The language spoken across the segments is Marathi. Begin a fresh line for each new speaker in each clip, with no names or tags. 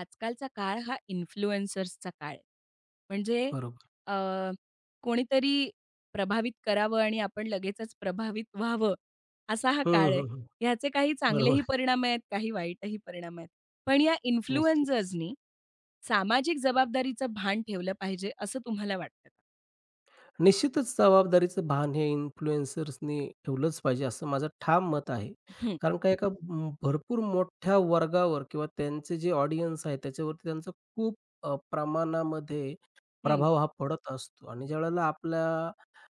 आजकालचा काळ हा इन्फ्लुएन्सर्सचा काळ आहे. म्हणजे
बरोबर.
अ, कोणीतरी प्रभावित करावं आणि आपण लगेचच प्रभावित व्हावं, असा हा
हं,
काळ आहे.
हं, हं.
ह्याचे काही
बरोबर
चांगलेही
आहे.
परिणाम आहेत, काही वाईटही परिणाम आहेत. पण या
निश्चितच.
इन्फ्लुएन्सर्सनी सामाजिक जबाबदारीचं भान ठेवलं पाहिजे असं तुम्हाला वाटतं का?
निश्चितच जबाबदारीचं भान हे इन्फ्लुएन्सर्सनी ठेवलंच पाहिजे, असं माझं ठाम मत आहे.
हं,
कारण का एका म भरपूर मोठ्या वर्गावर किंवा त्यांचे जे ऑडियन्स आहे, त्याच्यावरती त्यांचा खूप प्रमाणामध्ये
हं,
प्रभाव हा पडत असतो आणि ज्यावेळेला आपल्या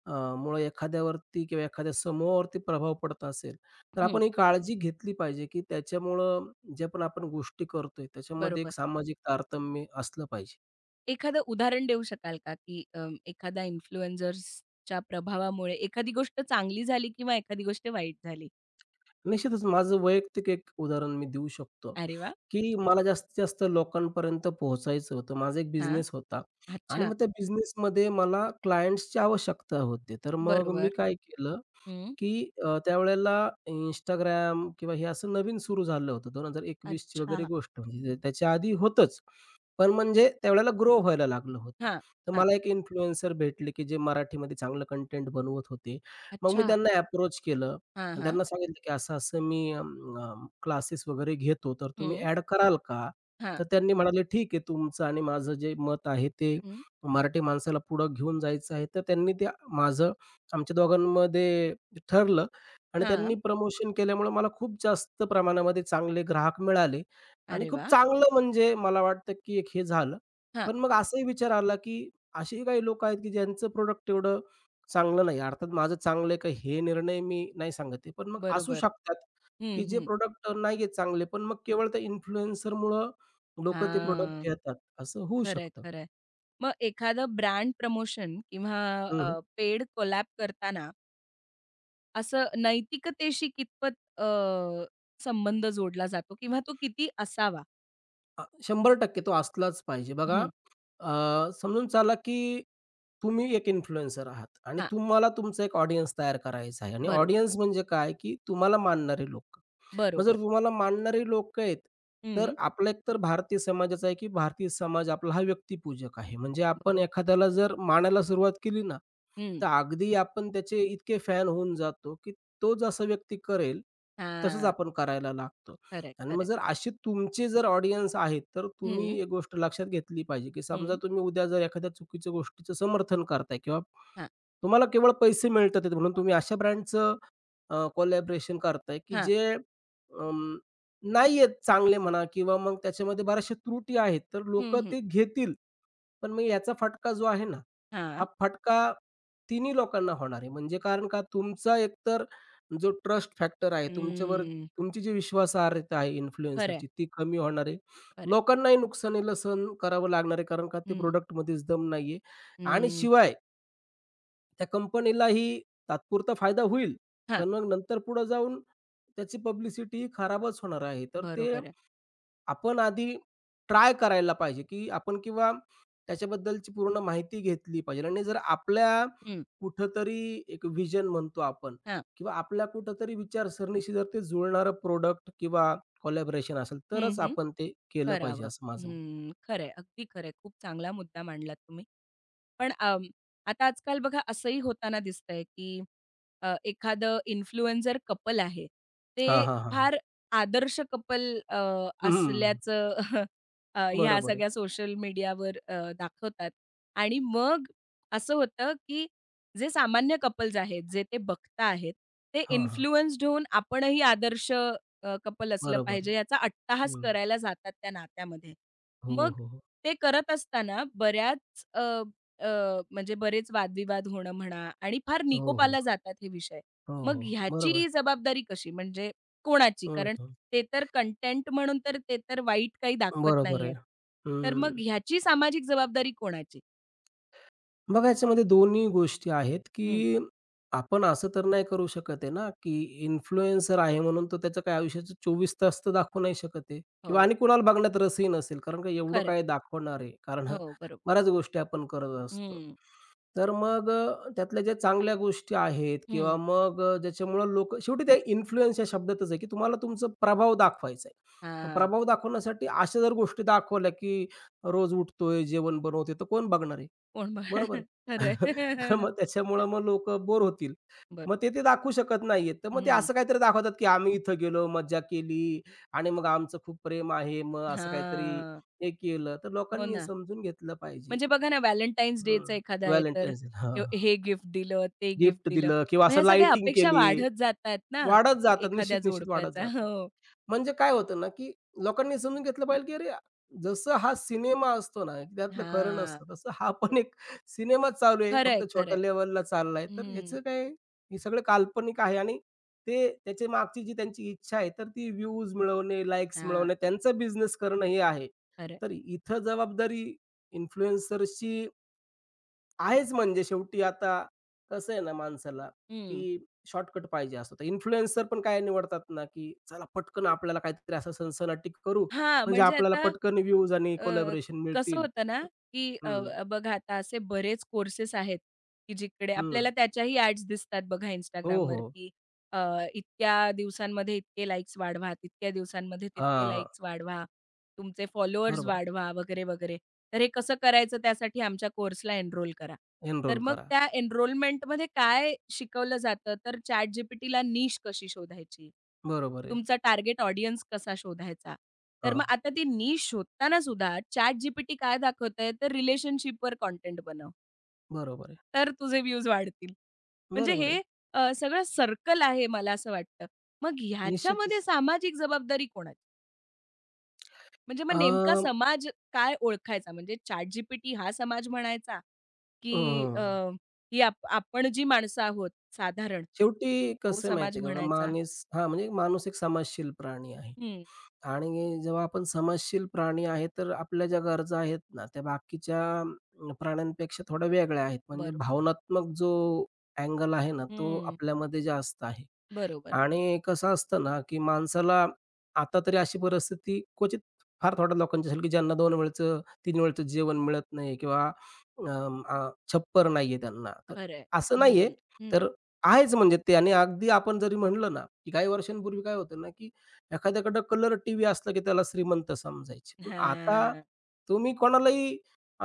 मुळे एखाद्यावरती किंवा एखाद्या समूहावरती प्रभाव पडत असेल, तर
हं.
आपण ही काळजी घेतली पाहिजे, की त्याच्यामुळं ज्या पण आपण गोष्टी करतोय, त्याच्यामध्ये एक
बरोबर.
सामाजिक तारतम्य असलं पाहिजे.
एखादं उदाहरण देऊ शकाल का, की एखादा इन्फ्लुएन्सर्सच्या प्रभावामुळे एखादी गोष्ट चांगली झाली किंवा एखादी गोष्ट वाईट झाली?
निश्चितच माझं वैयक्तिक एक उदाहरण मी देऊ शकतो,
अरे वाह!
की मला जास्तीत जास्त लोकांपर्यंत पोहोचायचं होतं. माझा एक
हां.
बिझनेस होता आणि
अच्छा.
मग त्या बिझनेसमध्ये मला क्लायंट्सची आवश्यकता होती. तर मग मी
बरोबर.
काय केलं
हं.
की त्यावेळेला Instagram किंवा हे असं नवीन सुरू झालं होतं. 2021 ची वगैरे
अच्छा.
गोष्ट म्हणजे त्याच्या आधी होतंच. पण म्हणजे त्यावेळेला ग्रो व्हायला लागलं होतं.
हां,
तर
हां.
मला एक इन्फ्लुएन्सर भेटले, की जे मराठीमध्ये चांगलं कंटेंट बनवत होते. मग मी
अच्छा.
त्यांना अप्रोच केलं
हां,
आणि
हां.
त्यांना सांगितलं, की असं-असं मी क्लासेस वगैरे घेतो, तर तुम्ही
हं.
ॲड कराल का?
हां.
तर त्यांनी म्हणाले, "ठीक आहे, तुमचं आणि माझं जे मत आहे ते
हं.
मराठी माणसाला पुढं घेऊन जायचं आहे." तर त्यांनी ते माझं आमच्या दोघांमध्ये ठरलं आणि
हां.
त्यांनी प्रमोशन केल्यामुळे मला खूप जास्त प्रमाणामध्ये चांगले ग्राहक मिळाले आणि
अरे
खूप
वाह!
चांगलं म्हणजे मला वाटतं, की एक हे झालं.
हां.
पण मग असाही विचार आला, की असेही काही लोक आहेत, की ज्यांचं प्रोड़क्ट एवढं चांगलं नाही. अर्थात माझं चांगलं आहे का हे निर्णय मी नाही सांगत आहे. पण मग असू
बरोबर.
शकतात,
हं,
की जे
हं.
प्रॉडक्ट नाही आहेत चांगले, पण मग केवळ त्या इन्फ्लुएन्सरमुळं लोकं ते
हां.
प्रॉडक्ट घेतात, असं होऊ
खरंय,
शकतं.
खरंय. मग एखादं ब्रँड प्रमोशन किंवा
हं, हं.
पेड कोलॅब करताना असं नैतिकतेशी कितपत संबंध जोडला जातो किंवा तो किती असावा?
100% तो असलाच पाहिजे. बघा,
हं.
समजून चाला, की तुम्ही एक इन्फ्लुएन्सर आहात आणि
हां.
तुम्हाला तुमचा एक ऑडियन्स तयार करायचा आहे आणि
बरोबर,
ऑडियन्स म्हणजे काय, की तुम्हाला मानणारी लोकं. मग जर
बरोबर.
तुम्हाला मानणारी लोकं आहेत, तर
हं.
आपला एक तर भारतीय समाजाचा आहे, की भारतीय समाज आपला हा व्यक्तिपूजक आहे. म्हणजे आपण
बरोबर.
एखाद्याला जर मानायला सुरुवात केली ना,
हं.
तर अगदी आपण त्याचे इतके फॅन होऊन जातो, की तो जसं व्यक्ती करेल, तसंच
हां.
आपण करायला लागतो.
खरंय,
आणि मग
खरंय.
जर असे तुमचे जर ऑडियन्स आहेत, तर
हं,
तुम्ही एक गोष्ट लक्षात घेतली पाहिजे, की समजा
हं.
तुम्ही उद्या जर एखाद्या चुकीच्या गोष्टीचं समर्थन करताय किंवा
हां.
तुम्हाला केवळ पैसे मिळतात म्हणून तुम्ही अशा ब्रँडचं कोलॅबरेशन करताय, की
हां.
जे अं, नाही आहेत चांगले म्हणा किंवा मग त्याच्यामध्ये बऱ्याचशा त्रुटी आहेत. तर
हं,
लोकं
हं.
ते घेतील. पण मग याचा फटका जो आहे ना,
हां.
हा फटका तिन्ही लोकांना होणार आहे. म्हणजे कारण का तुमचा एकतर जो ट्रस्ट फॅक्टर आहे, तुमच्यावर
हम्म.
तुमची जी विश्वासार्हता आहे
खरं आहे,
इन्फ्लुएन्सरची ती कमी होणार आहे.
खरं आहे.
लोकांनाही नुकसानीला सहन करावं लागणार आहे, कारण का ते
हं,
प्रॉडक्टमध्येच दम नाहीये आणि
हं.
शिवाय त्या कंपनीलाही तात्पुरता फायदा होईल,
हां,
पण मग नंतर पुढे जाऊन त्याची पब्लिसिटी खराबच होणार आहे. तर ते
बरोबर आहे.
आपण आधी ट्राय करायला पाहिजे, की आपण किंवा त्याच्याबद्दलची पूर्ण माहिती घेतली पाहिजे आणि जर आपल्या
हं,
कुठेतरी एक व्हिजन म्हणतो आपण
हां.
किंवा आपल्या कुठेतरी विचारसरणीशी जर ते जुळणारं प्रॉडक्ट किंवा कोलॅबोरेशन असेल,
हं,
तरच
हं.
आपण ते केलं पाहिजे
करावं.
असं माझं मत.
हं, खरं अगदी खरं खूप चांगला मुद्दा मांडलात तुम्ही. पण आता आजकाल बघा असंही होताना दिसतंय, की एखादं इन्फ्लुएन्सर कपल आहे.
हां,
ते
हां, हां, हां.
फार आदर्श कपल अ,
हं,
असल्याचं ह्या
बरोबर आहे.
सगळ्या सोशल मीडियावर दाखवतात आणि मग असं होतं, की जे सामान्य कपल्स आहेत, जे ते बघता आहेत, ते
हां, हां.
इन्फ्लुएन्स्ड होऊन आपणही आदर्श कपल असलं
बरोबर आहे.
पाहिजे याचा अट्टाहास
हं.
करायला जातात त्या नात्यामध्ये.
हो,
मग
हो, हो.
ते करत असताना बऱ्याच म्हणजे बरेच वादविवाद होणं म्हणा आणि फार
हो, हो.
निकोपाला जातात हे विषय.
हो,
मग
हो. बरोबर.
ह्याची जबाबदारी कशी म्हणजे कोणाची?
हं,
कारण
हं.
ते कंटेंट म्हणून तर ते वाईट काही दाखवत
बरोबर आहे.
नाहीयेत. तर मग
हं.
ह्याची सामाजिक जबाबदारी कोणाची?
मग याच्यामध्ये दोन्ही गोष्टी आहेत,
हं.
की आपण असं तर नाही करू शकत आहे ना, की इन्फ्लुएन्सर आहे म्हणून तो त्याचं काय आयुष्याचं 24 तास तर दाखवू नाही शकत आहे
हो.
किंवा आणि कुणाला बघण्यात रसही नसेल. कारण का एवढं
खरंय.
काय दाखवणार आहे. कारण
हो, बरोबर.
बऱ्याच गोष्टी आपण करत असतो.
हं,
तर मग त्यातल्या ज्या चांगल्या गोष्टी आहेत
हं.
किंवा मग ज्याच्यामुळं लोक, शेवटी ते इन्फ्लुअन्स या शब्दातच आहे, की तुम्हाला तुमचा प्रभाव दाखवायचा आहे.
हां.
प्रभाव दाखवण्यासाठी अशा जर गोष्टी दाखवल्या, की रोज उठतोय, जेवण बनवतोय, तर कोण बघणार आहे?
कोण बघ
बरोबर आहे.
खरंय.
तर मग त्याच्यामुळं मग लोकं बोर होतील. मग
बरोबर.
ते दाखवू शकत नाहीयेत. तर मग ते
हं.
असं काहीतरी दाखवतात, की आम्ही इथं गेलो, मज्जा केली आणि मग आमचं खूप प्रेम आहे. मग असं काहीतरी
हां.
हे केलं. तर
हो
लोकांनी हे
ना.
समजून घेतलं पाहिजे.
म्हणजे बघा ना, व्हॅलेंटाईन्स डेचा एखादा आहे, तर
व्हॅलेंटाईन्स डे.
हे हे गिफ्ट दिलं, ते गिफ्ट
गिफ्ट
दिलं.
दिलं किंवा
मग
असं
ह्या सगळ्या
लाइटिंग
अपेक्षा
केली.
वाढत जातात ना
वाढत जातात,
एखाद्या
निश्चित, निश्चित वाढत
जोडप्याचा.
जातात.
हो.
म्हणजे काय होतं ना, की लोकांनी समजून घेतलं पाहिजे, की अरे, जसं हा सिनेमा असतो ना, त्यातलं खरं
हां.
नसतं, तसं हा पण
बरोबर.
एक सिनेमाच चालू आहे.
खरंय,
फक्त छोट्या
खरंय.
लेव्हलला चाललाय. तर
हं.
ह्याचं काय, हे सगळं काल्पनिक आहे आणि ते त्याच्या मागची जी त्यांची इच्छा आहे, तर ती व्ह्यूज मिळवणे, लाइक्स
हां,
मिळवणे, त्यांचा बिझनेस करणं हे आहे.
खरंय.
तर इथं जबाबदारी इन्फ्लुएन्सर्सची आहेच म्हणजे शेवटी आता कसं आहे ना माणसाला,
हं.
की शॉर्टकट पाहिजे असतो. तर इन्फ्लुएन्सर पण काय निवडतात ना, की चला पटकन आपल्याला काहीतरी असं सनसनाटी करू,
हां,
म्हणजे
म्हणजे
आपल्याला
आता
पटकन व्ह्यूज आणि
अ,
कोलॅबोरेशन
कसं
मिळतील.
होतं ना, की अ,
हं,
अ, बघा आता असे बरेच कोर्सेस आहेत, की जिकडे आपल्याला
हं.
त्याच्याही ॲड्स दिसतात बघा
हो,
Instagramवर,
हो.
की अ, इतक्या दिवसांमध्ये इतके लाइक्स वाढवा, तितक्या दिवसांमध्ये तितके
हां,
लाइक्स वाढवा, तुमचे फॉलोअर्स
बरोबर आहे.
वाढवा वगैरे, वगैरे. तर हे कसं करायचं त्यासाठी आमच्या कोर्सला एनरोल करा. तर
एनरोल
मग
करा.
त्या एनरोलमेंटमध्ये काय शिकवलं जातं तर ChatGPTला नीश कशी शोधायची?
बरोबर आहे.
तुमचा टार्गेट ऑडियन्स कसा शोधायचा? तर
हां,
मग आता ती नीश शोधताना सुद्धा ChatGPT काय दाखवतंय तर रिलेशनशिपवर कंटेंट बनव.
बरोबर आहे.
तर तुझे व्ह्यूज वाढतील. म्हणजे
बरोबर आहे.
हे सगळं सर्कल आहे मला असं वाटतं. मग ह्याच्यामध्ये
निश्चितच.
सामाजिक जबाबदारी कोणाची? म्हणजे मग
अ,
नेमका समाज काय ओळखायचा? म्हणजे ChatGPT हा समाज म्हणायचा? की
हं.
ही आपण जी माणसं आहोत साधारण,
शेवटी
तो
कसं आहे
समाज
माहिती का बघा,
म्हणायचा.
माणूस हां, म्हणजे माणूस एक समाजशील प्राणी आहे.
हं,
आणि जेव्हा आपण समाजशील प्राणी आहे, तर आपल्या ज्या गरजा आहेत ना, त्या बाकीच्या प्राण्यांपेक्षा थोड्या वेगळ्या आहेत. म्हणजे
बरो
भावनात्मक जो अँगल आहे ना, तो
हं,
आपल्यामध्ये जास्त आहे.
बरोबर.
आणि कसं असतं ना, की माणसाला आता तरी अशी परिस्थिती क्वचित फार थोड्या लोकांची असेल, की ज्यांना दोन वेळचं, तीन वेळचं जेवण मिळत नाही किंवा छप्पर नाहीये त्यांना. तर
खरंय.
असं नाहीये,
हं, हं.
तर आहेच म्हणजे ते आणि अगदी आपण जरी म्हणलं ना, की काही वर्षांपूर्वी काय होतं ना, की एखाद्याकडं कलर टीव्ही असला, की त्याला श्रीमंत समजायचे. पण आता
हां.
तुम्ही कोणालाही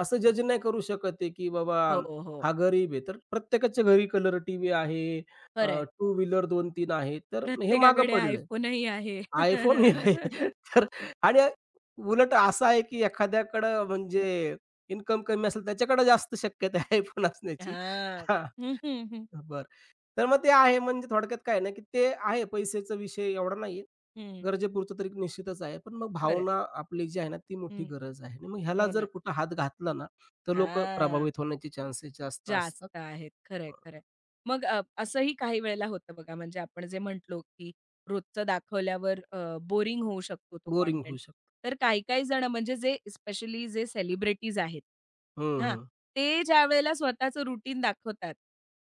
असं जज नाही करू शकत आहे, की बाबा
हो, हो.
हा गरीब आहे. तर प्रत्येकाच्या घरी कलर टीव्ही आहे.
खरंय.
टू व्हीलर दोन तीन आहे. तर हे मागं
प्रत्येकाकडे
पडलंय.
iPhoneही आहे.
iPhone हे आहे. तर आणि उलट असं आहे, की एखाद्याकडं म्हणजे इन्कम कमी असेल त्याच्याकडे जास्त शक्यता आहे iPhone असण्याची.
हां.
हां,
हं, हं, हं.
बरं. तर मग ते आहे म्हणजे थोडक्यात काय आहे ना, की ते आहे पैशाचा विषय एवढा नाहीये.
हं.
गरजेपुरतं तरी निश्चितच आहे. पण मग
खरंय.
भावना आपली जी आहे ना, ती मोठी
हं.
गरज आहे आणि मग ह्याला
हो
जर
ना.
कुठं हात घातला ना, तर लोकं
हां.
प्रभावित होण्याचे चान्सेस जास्त असतात.
जास्त आहेत. खरंय, खरंय. मग असंही काही वेळेला होतं बघा, म्हणजे आपण जे म्हटलो, की रोजचं दाखवल्यावर बोरिंग होऊ शकतो तो
बोरिंग
कॉटेंट.
होऊ शकतं.
तर काही-काही जण म्हणजे जे स्पेशली जे सेलिब्रिटीज आहेत,
हं,
हां,
हं.
ते ज्यावेळेला स्वतःचं रुटीन दाखवतात,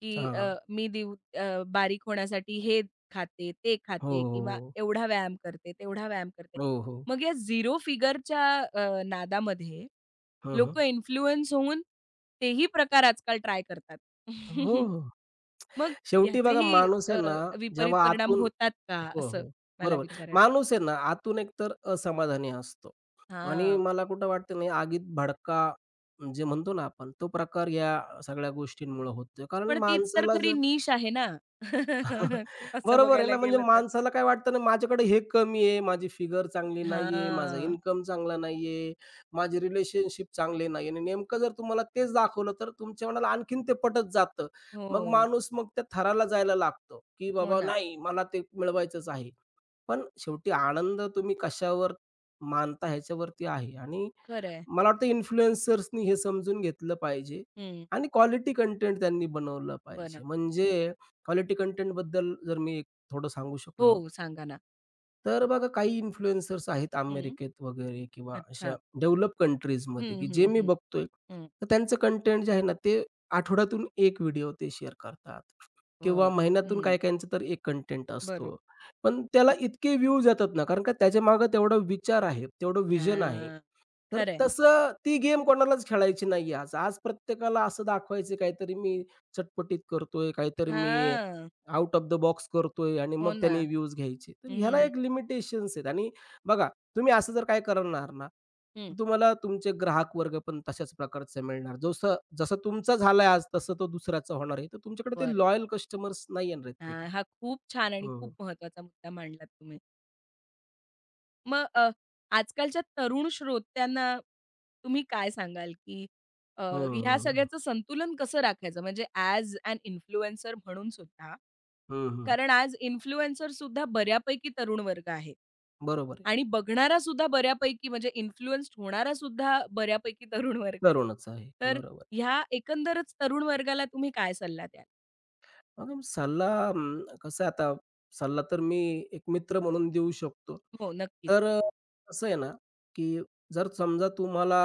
की अ,
हां.
मी दिव अ, बारीक होण्यासाठी हे खाते, ते खाते किंवा
हो,
एवढा व्यायाम करते, तेवढा व्यायाम करते.
हो, हो.
मग या झिरो फिगरच्या नादामध्ये
हो, हो. हं,
लोकं इन्फ्लुअन्स होऊन तेही प्रकार आजकाल ट्राय करतात.
हो, हो.
मग
शेवटी बघा
ह्याचेही
माणूस
अ,
आहे ना,
विपरीत
जेव्हा
परिणाम
आतून
होतात का?
हो,
असं
हो.
मला
बरोबर.
विचारायचं आहे.
माणूस आहे ना, आतून एकतर असमाधानी असतो आणि मला कुठं वाटतं नाही आगीत भडका जे म्हणतो ना आपण, तो प्रकार या सगळ्या गोष्टींमुळं होतोय. कारण
पण तीच तर
माणसाला
खरी
जर
निश आहे ना. असं
बरोबर आहे
बघायला
ना, म्हणजे
गेलं तर.
माणसाला काय वाटतं ना, माझ्याकडे हे कमी आहे, माझी फिगर चांगली नाहीये, माझा
हां.
इन्कम चांगला नाहीये, माझे रिलेशनशिप चांगले नाहीये आणि नेमकं जर तुम्हाला तेच दाखवलं, तर तुमच्या मनाला आणखीन ते पटत जातं. मग
हो.
माणूस मग त्या थराला जायला लागतो, की
हो
बाबा
ना.
नाही मला ते मिळवायचंच आहे. पण शेवटी आनंद तुम्ही कशावर मानता ह्याच्यावरती आहे आणि
खरं आहे.
मला वाटतं इन्फ्लुएन्सर्सनी हे समजून घेतलं पाहिजे आणि क्वालिटी कंटेंट त्यांनी बनवलं
बरं.
पाहिजे. म्हणजे क्वालिटी कंटेंट कंटेंटबद्दल जर मी एक थोडं सांगू शकलो,
हो, सांगा ना.
तर बघा काही इन्फ्लुएन्सर्स आहेत
हं.
अमेरिकेत वगैरे किंवा अशा
अच्छा.
डेव्हलप कंट्रीजमध्ये,
हं,
की जे
हं,
मी
हं.
बघतोय,
हं.
तर त्यांचं कंटेंट जे आहे ना, ते आठवड्यातून 1 व्हिडिओ ते शेअर करतात किंवा
बरं.
महिन्यातून
हं.
काही-काहींचा तर एक कंटेंट असतो.
बरोबर.
पण त्याला इतके व्ह्यूज येतात ना, कारण का त्याच्यामागे तेवढा विचार आहे, तेवढं व्हिजन आहे.
हां.
तर
खरं आहे.
तसं ती गेम कोणालाच खेळायची नाहीये आज. आज प्रत्येकाला असं दाखवायचं काहीतरी मी चटपटीत करतोय, काहीतरी मी आउट ऑफ द बॉक्स करतोय आणि
हो
मग
ना.
त्याने व्ह्यूज घ्यायचे. तर ह्याला
हं.
एक लिमिटेशन्स आहेत आणि बघा तुम्ही असं जर काय करणार ना,
हं,
तर तुम्हाला तुमचे ग्राहक वर्ग पण तशाच प्रकारचा मिळणार. जसं जसा तुमचा झालाय आज, तसं तो दुसऱ्याचा होणार आहे. तर तुमच्याकडे ते
बरोबर.
लॉयल कस्टमर्स नाही येणार आहेत कधी.
हां, हा खूप छान आणि
हं, हं.
खूप महत्त्वाचा मुद्दा मांडलात तुम्ही. मग आजकालच्या तरुण श्रोत्यांना तुम्ही काय सांगाल, की अ,
हं,
ह्या
हं.
सगळ्याचं संतुलन कसं राखायचं? म्हणजे ॲज ॲन इन्फ्लुएन्सर म्हणून सुद्धा,
हं,
कारण आज इन्फ्लुएन्सर सुद्धा बऱ्यापैकी तरुण वर्ग आहे.
बरोबर आहे.
आणि बघणारा सुद्धा बऱ्यापैकी म्हणजे इन्फ्लुएन्स्ड होणारा सुद्धा बऱ्यापैकी तरुण वर्ग आहे.
तरुणच आहे.
तर
बरोबर. आहे.
ह्या एकंदरच तरुण वर्गाला तुम्ही काय सल्ला द्याल?
मग सल्ला कसं आहे आता सल्ला तर मी एक मित्र म्हणून देऊ शकतो.
हो, नक्कीच.
तर कसं आहे ना, की जर समजा तुम्हाला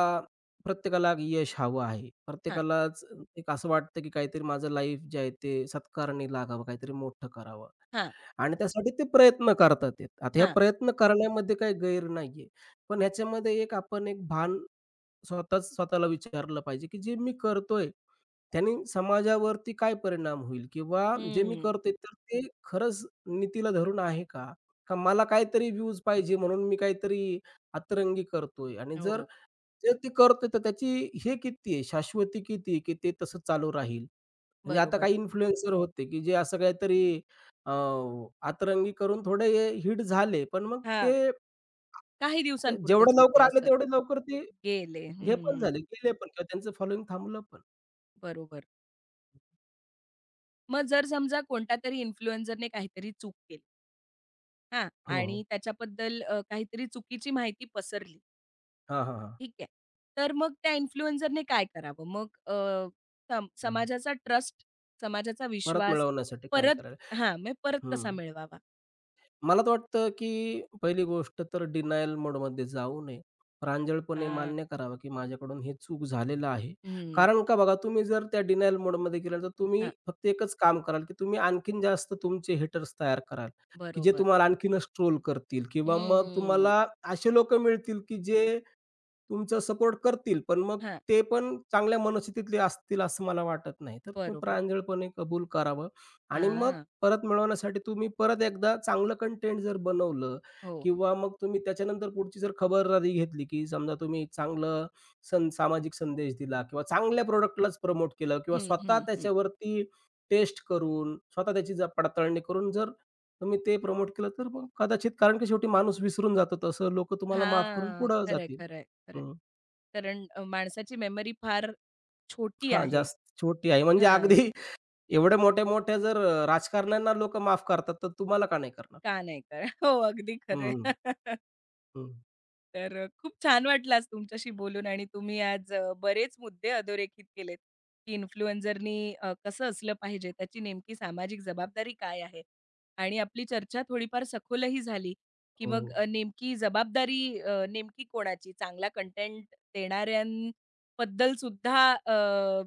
प्रत्येकाला यश हवं आहे.
हां,
प्रत्येकालाच एक असं वाटतं, की काहीतरी माझं लाईफ जे आहे ते सत्कारणी लागावं, काहीतरी मोठं करावं.
हां,
आणि त्यासाठी ते प्रयत्न करतात आहेत. आता हे
हां.
प्रयत्न करण्यामध्ये काही गैर नाहीये. पण ह्याच्यामध्ये एक आपण एक भान स्वतःच स्वतःला विचारलं पाहिजे, की जे मी करतोय, त्याने समाजावरती काय परिणाम होईल? किंवा जे मी
हम्म.
करतोय तर ते खरंच नीतीला धरून आहे का? का मला काहीतरी व्ह्यूज पाहिजे म्हणून मी काहीतरी अतरंगी करतोय आणि जर
हो,
जे ते करतोय तर त्याची हे किती आहे, शाश्वती किती आहे, की ते तसं चालू राहील? म्हणजे आता
बरोबर.
काही इन्फ्लुएन्सर होते, की जे असं काहीतरी अ, अतरंगी करून थोडे हिट झाले, पण मग
हां.
ते
काही
तर जेवढे
दिवसांपुरतेच होते
लवकर आले,
असं.
तेवढे लवकर ते
गेले.
हे पण
हम्म.
झाले, गेले पण किंवा त्यांचं फॉलोइंग थांबलं पण.
बरोबर. मग जर समजा कोणत्यातरी इन्फ्लुएन्सरने काहीतरी चूक केली, हां.
हो, हो.
आणि त्याच्याबद्दल काहीतरी चुकीची माहिती पसरली,
हां, हां, हां.
ठीक आहे. तर मग त्या इन्फ्लुएन्सरने काय करावं? मग अ, सम
हं.
समाजाचा ट्रस्ट, समाजाचा
परत
विश्वास
मिळवण्यासाठी काय
परत
करायला?
हां, मग परत कसा
हं.
मिळवावा?
मला तर वाटतं, की पहिली गोष्ट तर डिनायल मोडमध्ये जाऊ नये. प्रांजळपणे
हां.
मान्य करावं, की माझ्याकडून हे चूक झालेलं आहे.
हम्म.
कारण का बघा, तुम्ही जर त्या डिनायल मोडमध्ये गेल्यानंतर तुम्ही
हां,
फक्त एकच काम कराल, की तुम्ही आणखीन जास्त तुमचे हेटर्स तयार कराल, की जे
बरोबर.
तुम्हाला आणखीनच ट्रोल करतील किंवा मग
हम्म.
तुम्हाला असे लोकं मिळतील, की जे तुमचा सपोर्ट करतील, पण मग
हां,
ते पण चांगल्या मनस्थितीतले असतील असं मला वाटत नाही. तर तुम्ही
बरोबर.
प्रांजळपणे कबूल करावं आणि मग
हां,
परत मिळवण्यासाठी तुम्ही परत एकदा चांगलं कंटेंट जर बनवलं
हो.
किंवा मग तुम्ही त्याच्यानंतर पुढची जर खबरदारी घेतली, की समजा तुम्ही चांगलं सं सामाजिक संदेश दिला किंवा चांगल्या प्रॉडक्टलाच प्रमोट केलं किंवा
हं,
स्वतः
हं, हं.
त्याच्यावरती टेस्ट करून, स्वतः त्याची ज पडताळणी करून जर तुम्ही ते प्रमोट केलं, तर मग कदाचित कारण की शेवटी माणूस विसरून जातो तसं लोकं तुम्हाला माफ करून
हां.
पुढं
खरंय,
जातील.
खरंय, खरंय.
हं.
कारण माणसाची मेमरी फार छोटी
हां,
आहे.
जास्त छोटी आहे म्हणजे
हां.
अगदी एवढ्या मोठ्या-मोठ्या जर राजकारण्यांना लोकं माफ करतात, तर तुम्हाला का नाही करणार?
का नाही कळ हो, अगदी खरंय.
हं, हं.
तर खूप छान वाटलं आज तुमच्याशी बोलून आणि तुम्ही आज बरेच मुद्दे अधोरेखित केलेत, की इन्फ्लुएन्झरनी कसं असलं पाहिजे, त्याची नेमकी सामाजिक जबाबदारी काय आहे? आणि आपली चर्चा थोडीफार सखोलही झाली, की मग
हो,
अ, नेमकी जबाबदारी अ, नेमकी कोणाची? चांगला कंटेंट देणाऱ्यांबद्दल सुद्धा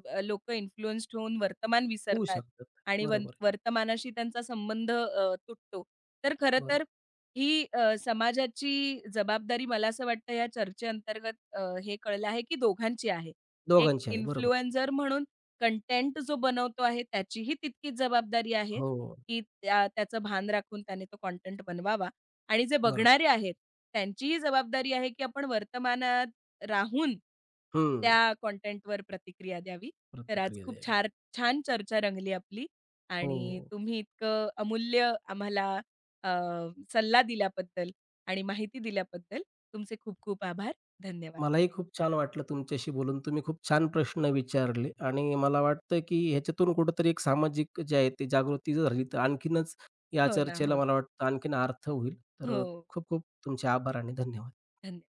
इन्फ्लुएन्स्ड होऊन वर्तमान
होऊ
विसरतात
शकतात.
आणि वन
बरोबर आहे,
वर्तमानाशी त्यांचा संबंध तुटतो. तर खरं
बरोबर.
तर ही समाजाची जबाबदारी मला असं वाटतं या चर्चेअंतर्गत हे कळलं आहे, की दोघांची आहे. एक
दोघांची आहे, बरोबर आहे.
इन्फ्लुएन्सर म्हणून कंटेंट जो बनवतो आहे, त्याचीही तितकीच जबाबदारी आहे,
हो,
की त्याचं भान राखून त्याने तो कंटेंट बनवावा आणि जे
बरोबर.
बघणारे आहेत, त्यांचीही जबाबदारी आहे, की आपण वर्तमानात राहून
हं.
त्या कंटेंटवर प्रतिक्रिया द्यावी. तर आज
प्रतिक्रिया
खूप
द्यावी.
छान चर्चा रंगली आपली आणि
हो.
तुम्ही इतकं अमूल्य आम्हाला अ, सल्ला दिल्याबद्दल आणि माहिती दिल्याबद्दल तुमचे खूप खूप आभार. धन्यवाद.
मलाही खूप छान वाटलं तुमच्याशी बोलून. तुम्ही खूप छान प्रश्न विचारले आणि मला वाटतं, की ह्याच्यातून कुठेतरी एक सामाजिक जे आहे ते जागृती जर झाली, तर आणखीनच या
हो ना,
चर्चेला
हो.
मला वाटतं आणखीन अर्थ होईल. तर
हो.
खूप खूप तुमचे आभार आणि धन्यवाद.
धन्यवाद.